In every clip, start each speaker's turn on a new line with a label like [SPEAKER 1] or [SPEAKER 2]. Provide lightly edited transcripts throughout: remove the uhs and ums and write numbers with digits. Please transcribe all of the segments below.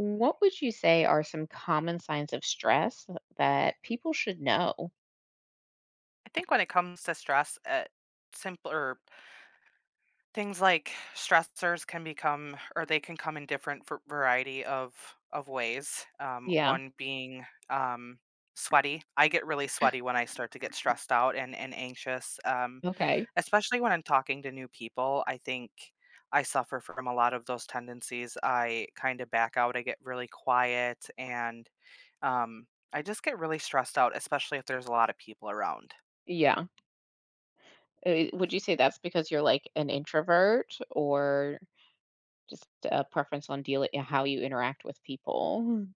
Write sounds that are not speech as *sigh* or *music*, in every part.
[SPEAKER 1] What would you say are some common signs of stress that people should know?
[SPEAKER 2] I think when it comes to stress, simpler things like stressors can become, or they can come in different variety of ways.
[SPEAKER 1] Yeah.
[SPEAKER 2] One being um, sweaty. I get really sweaty when I start to get stressed out and anxious,
[SPEAKER 1] Okay.
[SPEAKER 2] especially when I'm talking to new people. I think I suffer from a lot of those tendencies. I kind of back out. I get really quiet and. Um, I just get really stressed out, especially if there's a lot of people around.
[SPEAKER 1] Yeah. Would you say that's because you're like an introvert or just a preference on how you interact with people? Mm.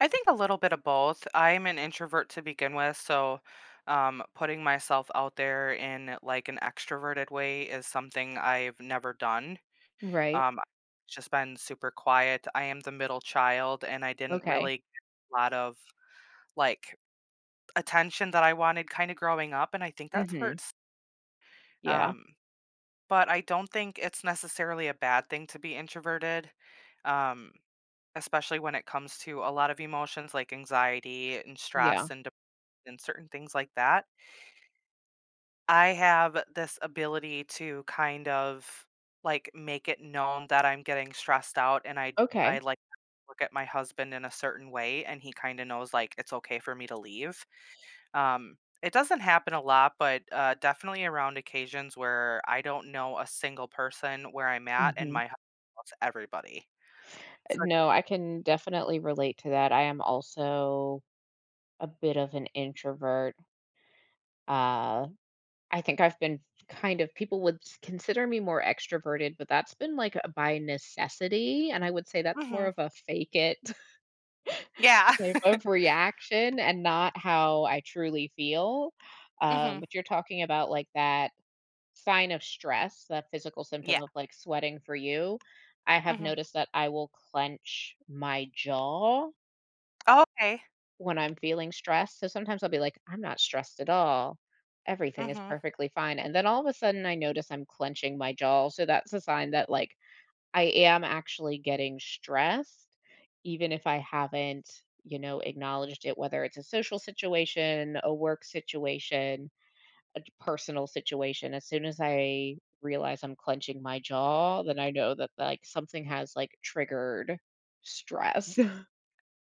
[SPEAKER 2] I think a little bit of both. I'm an introvert to begin with, so putting myself out there in like an extroverted way is something I've never done.
[SPEAKER 1] Right.
[SPEAKER 2] I've just been super quiet. I am the middle child, and I didn't
[SPEAKER 1] Okay.
[SPEAKER 2] really get a lot of like attention that I wanted kind of growing up, and I think that's where
[SPEAKER 1] Mhm.
[SPEAKER 2] it's.
[SPEAKER 1] Yeah.
[SPEAKER 2] Um, but I don't think it's necessarily a bad thing to be introverted. Um, especially when it comes to a lot of emotions like anxiety and
[SPEAKER 1] Yeah.
[SPEAKER 2] stress and certain things like that, I have this ability to kind of like make it known that I'm getting stressed out and I
[SPEAKER 1] Okay.
[SPEAKER 2] like look at my husband in a certain way, and he kind of knows like it's okay for me to leave. It doesn't happen a lot, but definitely around occasions where I don't know a single person where I'm at, and
[SPEAKER 1] Mhm.
[SPEAKER 2] my husband knows everybody. So,
[SPEAKER 1] No, I can definitely relate to that. I am also a bit of an introvert. Uh I think I've been kind of people would consider me more extroverted, but that's been like a by necessity. And I would say that's more
[SPEAKER 2] mm-hmm.
[SPEAKER 1] of a fake it *laughs*
[SPEAKER 2] Yeah.
[SPEAKER 1] type of reaction and not how I truly feel.
[SPEAKER 2] *laughs* hmm.
[SPEAKER 1] But you're talking about like that sign of stress, that physical
[SPEAKER 2] Yeah.
[SPEAKER 1] symptom of like sweating for you. I have
[SPEAKER 2] Hmm.
[SPEAKER 1] noticed that I will clench my jaw
[SPEAKER 2] Okay.
[SPEAKER 1] when I'm feeling stressed, so sometimes I'll be like, "I'm not stressed at all. Everything is
[SPEAKER 2] hmm
[SPEAKER 1] perfectly fine," and then all of a sudden, I notice I'm clenching my jaw, so that's a sign that, like, I am actually getting stressed, even if I haven't, acknowledged it, whether it's a social situation, a work situation, a personal situation. As soon as I realize I'm clenching my jaw, then I know that, like, something has, like, triggered stress. *laughs*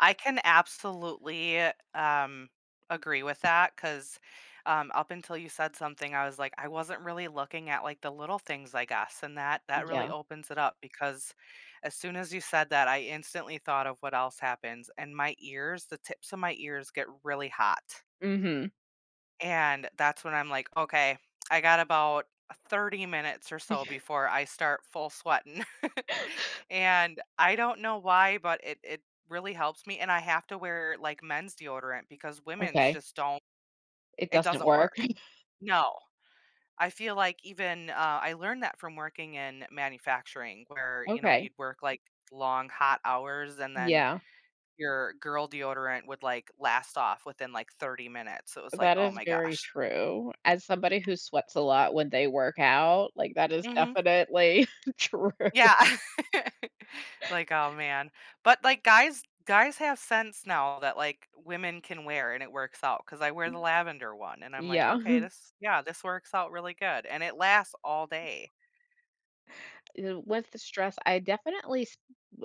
[SPEAKER 2] I can absolutely, um, agree with that, 'cause, up until you said something, I was like, I wasn't really looking at, like, the little things, I guess, and that really
[SPEAKER 1] Yeah.
[SPEAKER 2] opens it up because as soon as you said that, I instantly thought of what else happens, and my ears the tips of my ears get really hot.
[SPEAKER 1] Mhm.
[SPEAKER 2] And that's when I'm like, "Okay, I got about 30 minutes or so before I start full sweating." *laughs*
[SPEAKER 1] *laughs*
[SPEAKER 2] And I don't know why, but it really helps me, and I have to wear, like, men's deodorant because women's
[SPEAKER 1] Okay.
[SPEAKER 2] just don't.
[SPEAKER 1] It
[SPEAKER 2] It
[SPEAKER 1] doesn't
[SPEAKER 2] doesn't
[SPEAKER 1] work.
[SPEAKER 2] work. No. I feel like even, I learned that from working in manufacturing where, you know,
[SPEAKER 1] Okay.
[SPEAKER 2] you'd work, like, long, hot hours, and then
[SPEAKER 1] Yeah,
[SPEAKER 2] your girl deodorant would, like, last off within, like, 30 minutes. It was like,
[SPEAKER 1] that
[SPEAKER 2] "Oh
[SPEAKER 1] is
[SPEAKER 2] my
[SPEAKER 1] very
[SPEAKER 2] gosh."
[SPEAKER 1] true. As somebody who sweats a lot when they work out, like, that is
[SPEAKER 2] Mhm.
[SPEAKER 1] definitely *laughs* true.
[SPEAKER 2] Yeah. *laughs* Like, oh man. But like guys have sense now that like women can wear and it works out. Cause I wear the lavender one and I'm like,
[SPEAKER 1] Yeah.
[SPEAKER 2] "Okay,
[SPEAKER 1] *laughs*
[SPEAKER 2] this works out really good." And it lasts all day.
[SPEAKER 1] With the stress, I definitely s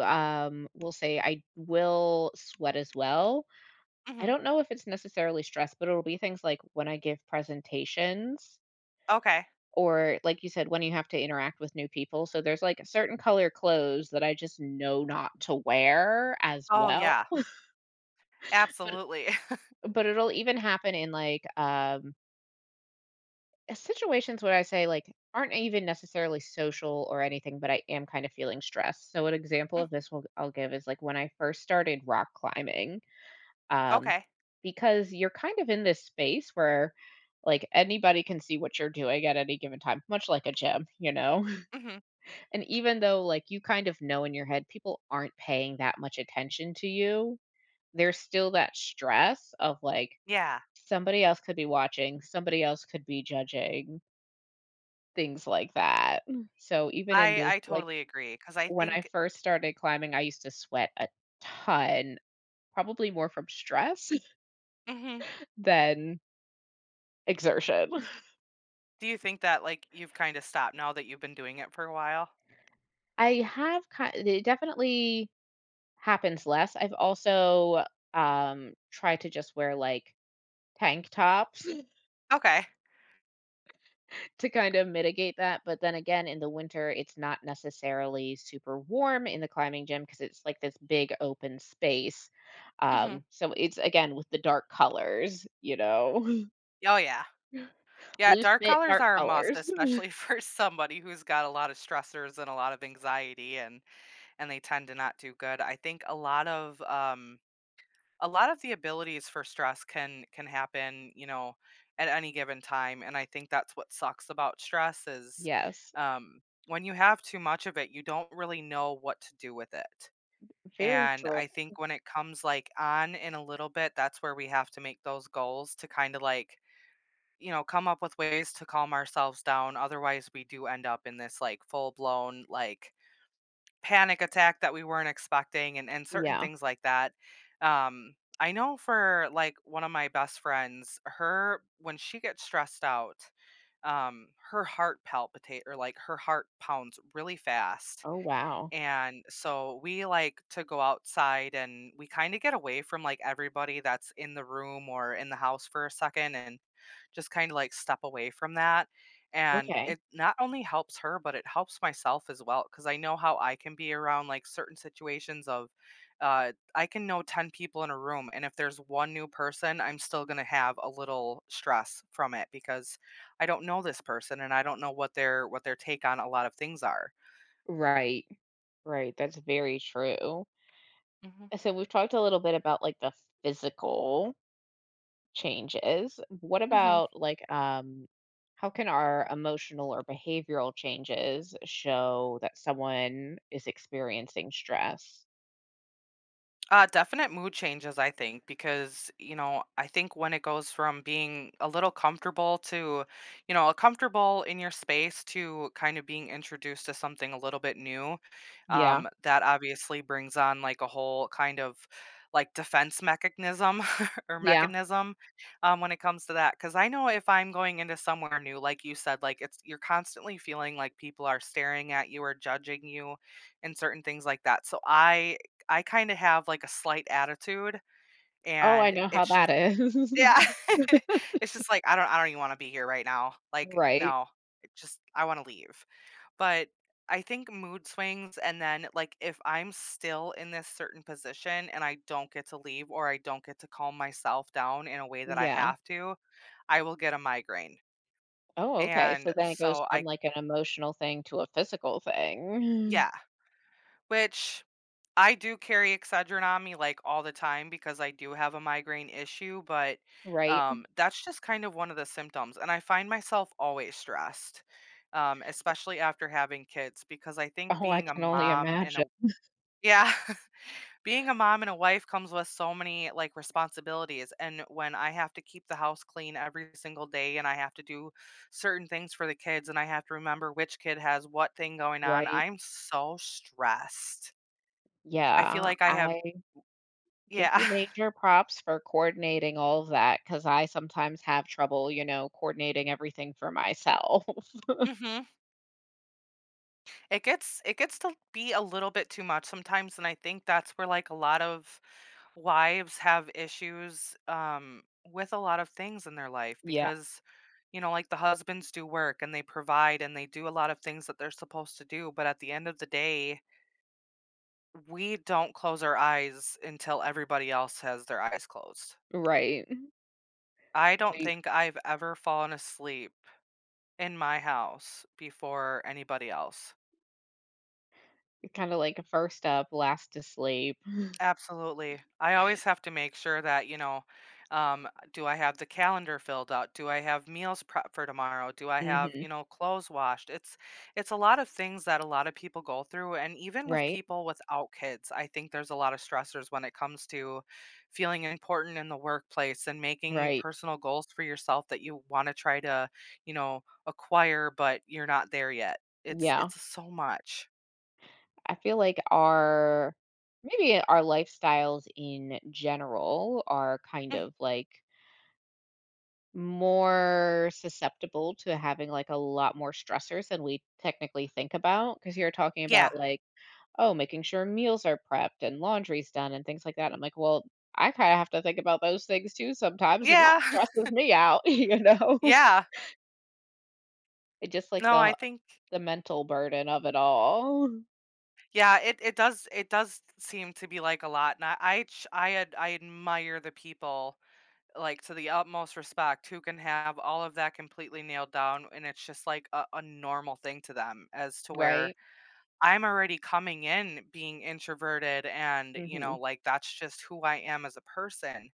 [SPEAKER 1] will say I will sweat as well. I
[SPEAKER 2] Mhm.
[SPEAKER 1] don't know if it's necessarily stress, but it'll be things like when I give presentations
[SPEAKER 2] Okay.
[SPEAKER 1] or, like you said, when you have to interact with new people. So there's, like, certain color clothes that I just know not to wear as
[SPEAKER 2] Oh
[SPEAKER 1] well,
[SPEAKER 2] yeah,
[SPEAKER 1] but
[SPEAKER 2] absolutely. *laughs*
[SPEAKER 1] But it'll even happen in, like, situations where I say, like, aren't even necessarily social or anything, but I am kind of feeling stressed. So an example
[SPEAKER 2] Mm,
[SPEAKER 1] of this will I'll give is, like, when I first started rock climbing, um,
[SPEAKER 2] okay.
[SPEAKER 1] because you're kind of in this space where, like, anybody can see what you're doing at any given time, much like a gym, you know? *laughs*
[SPEAKER 2] Mhm.
[SPEAKER 1] And even though, like, you kind of know in your head people aren't paying that much attention to you, there's still that stress of, like,
[SPEAKER 2] Yeah.
[SPEAKER 1] somebody else could be watching, somebody else could be judging, things like that. So even in
[SPEAKER 2] I
[SPEAKER 1] the
[SPEAKER 2] I
[SPEAKER 1] like,
[SPEAKER 2] totally agree. Cause I
[SPEAKER 1] when I
[SPEAKER 2] think.
[SPEAKER 1] first started climbing, I used to sweat a ton, probably more from stress
[SPEAKER 2] Mhm.
[SPEAKER 1] *laughs* than exertion.
[SPEAKER 2] Do you think that like you've kinda stopped now that you've been doing it for a while?
[SPEAKER 1] I have kind It definitely happens less. I've also, tried to just wear, like, tank tops. *laughs*
[SPEAKER 2] Okay.
[SPEAKER 1] to kind of mitigate that. But then again, in the winter, it's not necessarily super warm in the climbing gym because it's like this big open space.
[SPEAKER 2] Mhm.
[SPEAKER 1] So it's again with the dark colors,
[SPEAKER 2] Oh yeah.
[SPEAKER 1] *laughs*
[SPEAKER 2] Yeah,
[SPEAKER 1] loose
[SPEAKER 2] dark
[SPEAKER 1] fit,
[SPEAKER 2] colors
[SPEAKER 1] dark
[SPEAKER 2] are a must,
[SPEAKER 1] colors. *laughs*
[SPEAKER 2] especially *laughs* for somebody who's got a lot of stressors and a lot of anxiety and they tend to not do good. I think a lot of the abilities for stress can happen, you know, at any given time, and I think that's what sucks about stress is
[SPEAKER 1] Yes,
[SPEAKER 2] um when you have too much of it, you don't really know what to do with it.
[SPEAKER 1] very
[SPEAKER 2] And
[SPEAKER 1] true.
[SPEAKER 2] I think when it comes like on in a little bit, that's where we have to make those goals to kind of like, you know, come up with ways to calm ourselves down. Otherwise, we do end up in this like full blown like panic attack that we weren't expecting, and certain
[SPEAKER 1] Yeah.
[SPEAKER 2] things like that. I know for like one of my best friends, her when she gets stressed out, her heart palpitate or like her heart pounds really fast,
[SPEAKER 1] Oh, wow.
[SPEAKER 2] and so we like to go outside, and we kind of get away from like everybody that's in the room or in the house for a second and just kind of like step away from that. And
[SPEAKER 1] Okay.
[SPEAKER 2] it not only helps her, but it helps myself as well. Cause I know how I can be around like certain situations of, I can know 10 people in a room. And if there's one new person, I'm still going to have a little stress from it because I don't know this person and I don't know what their take on a lot of things are.
[SPEAKER 1] Right. Right. That's very true.
[SPEAKER 2] Mm-hmm.
[SPEAKER 1] So we've talked a little bit about like the physical changes, what about like how can our emotional or behavioral changes show that someone is experiencing stress?
[SPEAKER 2] Definite mood changes, I think, because, I think when it goes from being a little comfortable to, comfortable in your space to kind of being introduced to something a little bit new,
[SPEAKER 1] Yeah.
[SPEAKER 2] that obviously brings on like a whole kind of like defense mechanism *laughs* or
[SPEAKER 1] Yeah.
[SPEAKER 2] mechanism, when it comes to that. Cause I know if I'm going into somewhere new, like you said, like it's, you're constantly feeling like people are staring at you or judging you and certain things like that. So I kinda have, like, a slight attitude,
[SPEAKER 1] Oh, I
[SPEAKER 2] and
[SPEAKER 1] know how
[SPEAKER 2] it's just.
[SPEAKER 1] that is.
[SPEAKER 2] Yeah.
[SPEAKER 1] *laughs*
[SPEAKER 2] *laughs* It's just like, "I don't even wanna be here right now." Like,
[SPEAKER 1] Right.
[SPEAKER 2] "No, it just I wanna leave." But I think mood swings, and then, like, if I'm still in this certain position and I don't get to leave or I don't get to calm myself down in a way that I
[SPEAKER 1] Yeah.
[SPEAKER 2] have to, I will get a migraine.
[SPEAKER 1] Oh, okay. So
[SPEAKER 2] And
[SPEAKER 1] then it goes
[SPEAKER 2] so
[SPEAKER 1] from
[SPEAKER 2] I.
[SPEAKER 1] like an emotional thing to a physical thing.
[SPEAKER 2] Yeah,
[SPEAKER 1] *laughs*
[SPEAKER 2] which I do carry Excedrin on me, like, all the time because I do have a migraine issue, but,
[SPEAKER 1] Right.
[SPEAKER 2] that's just kind of one of the symptoms, and I find myself always stressed, especially after having kids because I think
[SPEAKER 1] Oh, I
[SPEAKER 2] being a
[SPEAKER 1] can only
[SPEAKER 2] mom and a.
[SPEAKER 1] imagine.
[SPEAKER 2] Yeah, *laughs* being a mom and a wife comes with so many, like, responsibilities, and when I have to keep the house clean every single day and I have to do certain things for the kids and I have to remember which kid has what thing going on,
[SPEAKER 1] Right.
[SPEAKER 2] I'm so stressed. I feel
[SPEAKER 1] Yeah.
[SPEAKER 2] like I have,
[SPEAKER 1] I Give
[SPEAKER 2] yeah.
[SPEAKER 1] you
[SPEAKER 2] *laughs*
[SPEAKER 1] major props for coordinating all of that because I sometimes have trouble, coordinating everything for myself. *laughs*
[SPEAKER 2] Mhm. It gets, it gets to be a little bit too much sometimes, and I think that's where, like, a lot of wives have issues, with a lot of things in their life
[SPEAKER 1] Yeah,
[SPEAKER 2] because, like, the husbands do work, and they provide, and they do a lot of things that they're supposed to do, but at the end of the day, we don't close our eyes until everybody else has their eyes closed.
[SPEAKER 1] right.
[SPEAKER 2] I don't
[SPEAKER 1] We
[SPEAKER 2] think I've ever fallen asleep in my house before anybody else.
[SPEAKER 1] kinda like first up, last to sleep.
[SPEAKER 2] Absolutely. I always have to make sure that, you know, do I have the calendar filled out? Do I have meals prepped for tomorrow? Do I have,
[SPEAKER 1] Mhm.
[SPEAKER 2] clothes washed? It's a lot of things that a lot of people go through, and even with
[SPEAKER 1] Right,
[SPEAKER 2] people without kids, I think there's a lot of stressors when it comes to feeling important in the workplace and making
[SPEAKER 1] right.
[SPEAKER 2] personal goals for yourself that you want to try to, acquire but you're not there yet.
[SPEAKER 1] Yeah.
[SPEAKER 2] It's so much.
[SPEAKER 1] I feel like our lifestyles in general are kind
[SPEAKER 2] Mm,
[SPEAKER 1] of like more susceptible to having like a lot more stressors than we technically think about because 'cause you're talking
[SPEAKER 2] yeah.
[SPEAKER 1] about like, oh, making sure meals are prepped and laundry's done and things like that. I'm like, well, I kind of have to think about those things too sometimes, and that
[SPEAKER 2] Yeah. *laughs*
[SPEAKER 1] stresses me out. *laughs* *laughs*
[SPEAKER 2] Yeah.
[SPEAKER 1] It just like
[SPEAKER 2] No, I
[SPEAKER 1] the
[SPEAKER 2] think.
[SPEAKER 1] the mental burden of it all,
[SPEAKER 2] Yeah, it does seem to be, like, a lot, and I ch I ad I admire the people, like, to the utmost respect, who can have all of that completely nailed down, and it's just, like, a normal thing to them, as to where
[SPEAKER 1] right?
[SPEAKER 2] I'm already coming in being introverted and, you
[SPEAKER 1] Mm-hmm.
[SPEAKER 2] know, like, that's just who I am as a person,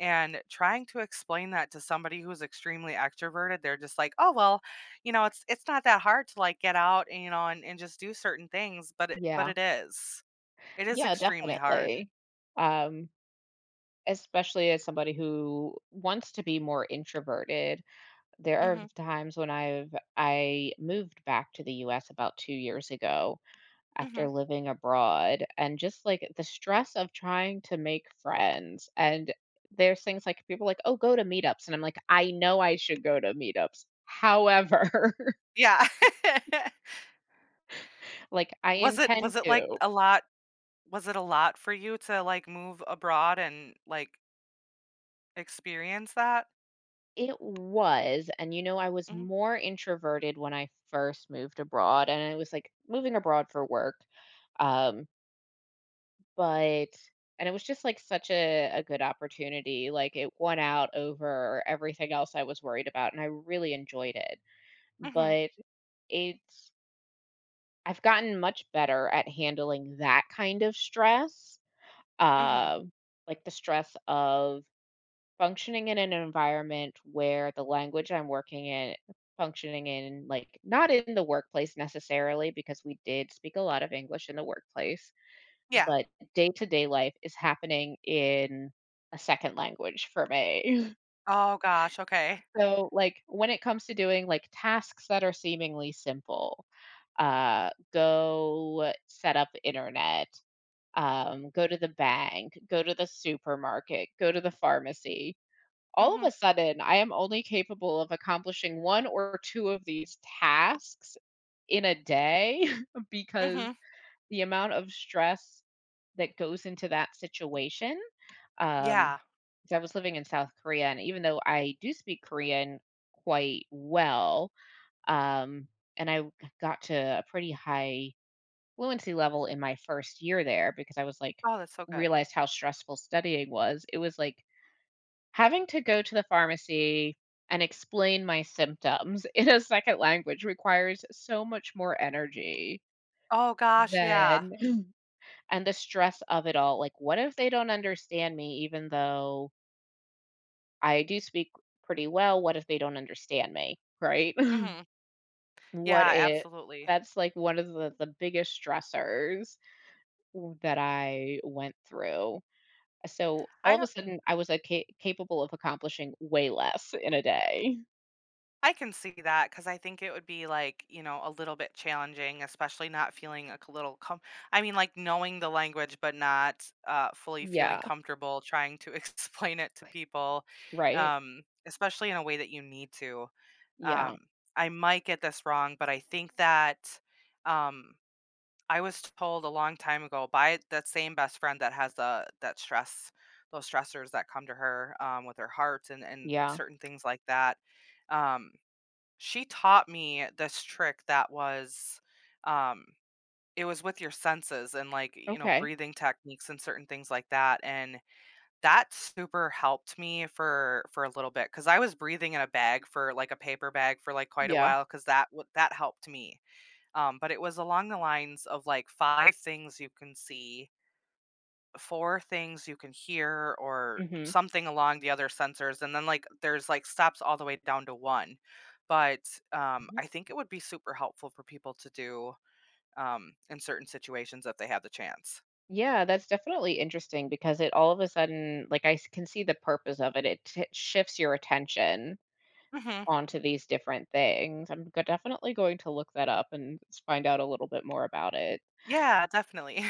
[SPEAKER 2] and trying to explain that to somebody who's extremely extroverted, they're just like, "Oh, well, you know, it's not that hard to, like, get out, and, you know, and just do certain things," but it but
[SPEAKER 1] Yeah,
[SPEAKER 2] it is. It is
[SPEAKER 1] yeah,
[SPEAKER 2] extremely hard.
[SPEAKER 1] definitely. Um, especially as somebody who wants to be more introverted, there are
[SPEAKER 2] Mhm,
[SPEAKER 1] times when I moved back to the U.S. about 2 years ago, after
[SPEAKER 2] mhm.
[SPEAKER 1] living abroad and just like the stress of trying to make friends, and there's things like, people are like, "Oh, go to meetups," and I'm like, I know I should go to meetups, however,
[SPEAKER 2] Yeah. *laughs*
[SPEAKER 1] *laughs* like, I
[SPEAKER 2] Was it
[SPEAKER 1] intend
[SPEAKER 2] was it, like,
[SPEAKER 1] to.
[SPEAKER 2] a lot was it a lot for you to, like, move abroad and, like, experience that?
[SPEAKER 1] It was, and I was
[SPEAKER 2] Mhm,
[SPEAKER 1] more introverted when I first moved abroad, and I was like, moving abroad for work, um but and it was just like such a good opportunity, like, it won out over everything else I was worried about, and I really enjoyed it.
[SPEAKER 2] mhm,
[SPEAKER 1] But it's I've gotten much better at handling that kind of stress,
[SPEAKER 2] mhm.
[SPEAKER 1] uh, like the stress of functioning in an environment where the language I'm working in, functioning in, like, not in the workplace necessarily, because we did speak a lot of English in the workplace,
[SPEAKER 2] Yeah.
[SPEAKER 1] but day-to-day life is happening in a second language for me. *laughs*
[SPEAKER 2] Oh gosh, okay.
[SPEAKER 1] So, like, when it comes to doing, like, tasks that are seemingly simple, go set up internet, go to the bank, go to the supermarket, go to the pharmacy. All of a
[SPEAKER 2] Mhm,
[SPEAKER 1] sudden, I am only capable of accomplishing 1 or 2 of these tasks in a day *laughs* because
[SPEAKER 2] mhm.
[SPEAKER 1] the amount of stress that goes into that situation, um
[SPEAKER 2] Yeah.
[SPEAKER 1] 'cause I was living in South Korea, and even though I do speak Korean quite well, um, and I got to a pretty high fluency level in my first year there because I was, like,
[SPEAKER 2] Oh, that's so good.
[SPEAKER 1] realized how stressful studying was. It was like having to go to the pharmacy and explain my symptoms *laughs* in a second language requires so much more energy
[SPEAKER 2] Oh gosh, yeah.
[SPEAKER 1] than *laughs* and the stress of it all. Like, what if they don't understand me even though I do speak pretty well? What if they don't understand me? Right?
[SPEAKER 2] Mhm.
[SPEAKER 1] What
[SPEAKER 2] Yeah,
[SPEAKER 1] if
[SPEAKER 2] absolutely.
[SPEAKER 1] that's like one of the biggest stressors w that I went through. So, all
[SPEAKER 2] I
[SPEAKER 1] of a
[SPEAKER 2] don't
[SPEAKER 1] sudden, I was, like, ca capable of accomplishing way less in a day.
[SPEAKER 2] I can see that because I think it would be like, a little bit challenging, especially not feeling like a little com I mean, like knowing the language, but not fully feeling
[SPEAKER 1] Yeah.
[SPEAKER 2] comfortable trying to *laughs* explain it to people,
[SPEAKER 1] Right?
[SPEAKER 2] especially in a way that you need to.
[SPEAKER 1] Yeah,
[SPEAKER 2] Um, I might get this wrong, but I think that um, I was told a long time ago by that same best friend that has the that stress, those stressors that come to her, with her heart and
[SPEAKER 1] yeah.
[SPEAKER 2] certain things like that. Um, she taught me this trick that was, um, it was with your senses and like,
[SPEAKER 1] Okay.
[SPEAKER 2] breathing techniques and certain things like that. And that super helped me for a little bit because I was breathing in a paper bag for like quite a
[SPEAKER 1] Yeah.
[SPEAKER 2] while because that helped me. But it was along the lines of like five things you can see, four things you can hear, or
[SPEAKER 1] Mhm.
[SPEAKER 2] something along the other sensors, and then like there's like steps all the way down to one, but
[SPEAKER 1] Mhm.
[SPEAKER 2] I think it would be super helpful for people to do, in certain situations if they had the chance.
[SPEAKER 1] Yeah, that's definitely interesting because it all of a sudden, like, I s can see the purpose of it. It t shifts your attention
[SPEAKER 2] Hmm.
[SPEAKER 1] onto these different things. I'm g definitely going to look that up and s find out a little bit more about it.
[SPEAKER 2] Yeah, definitely.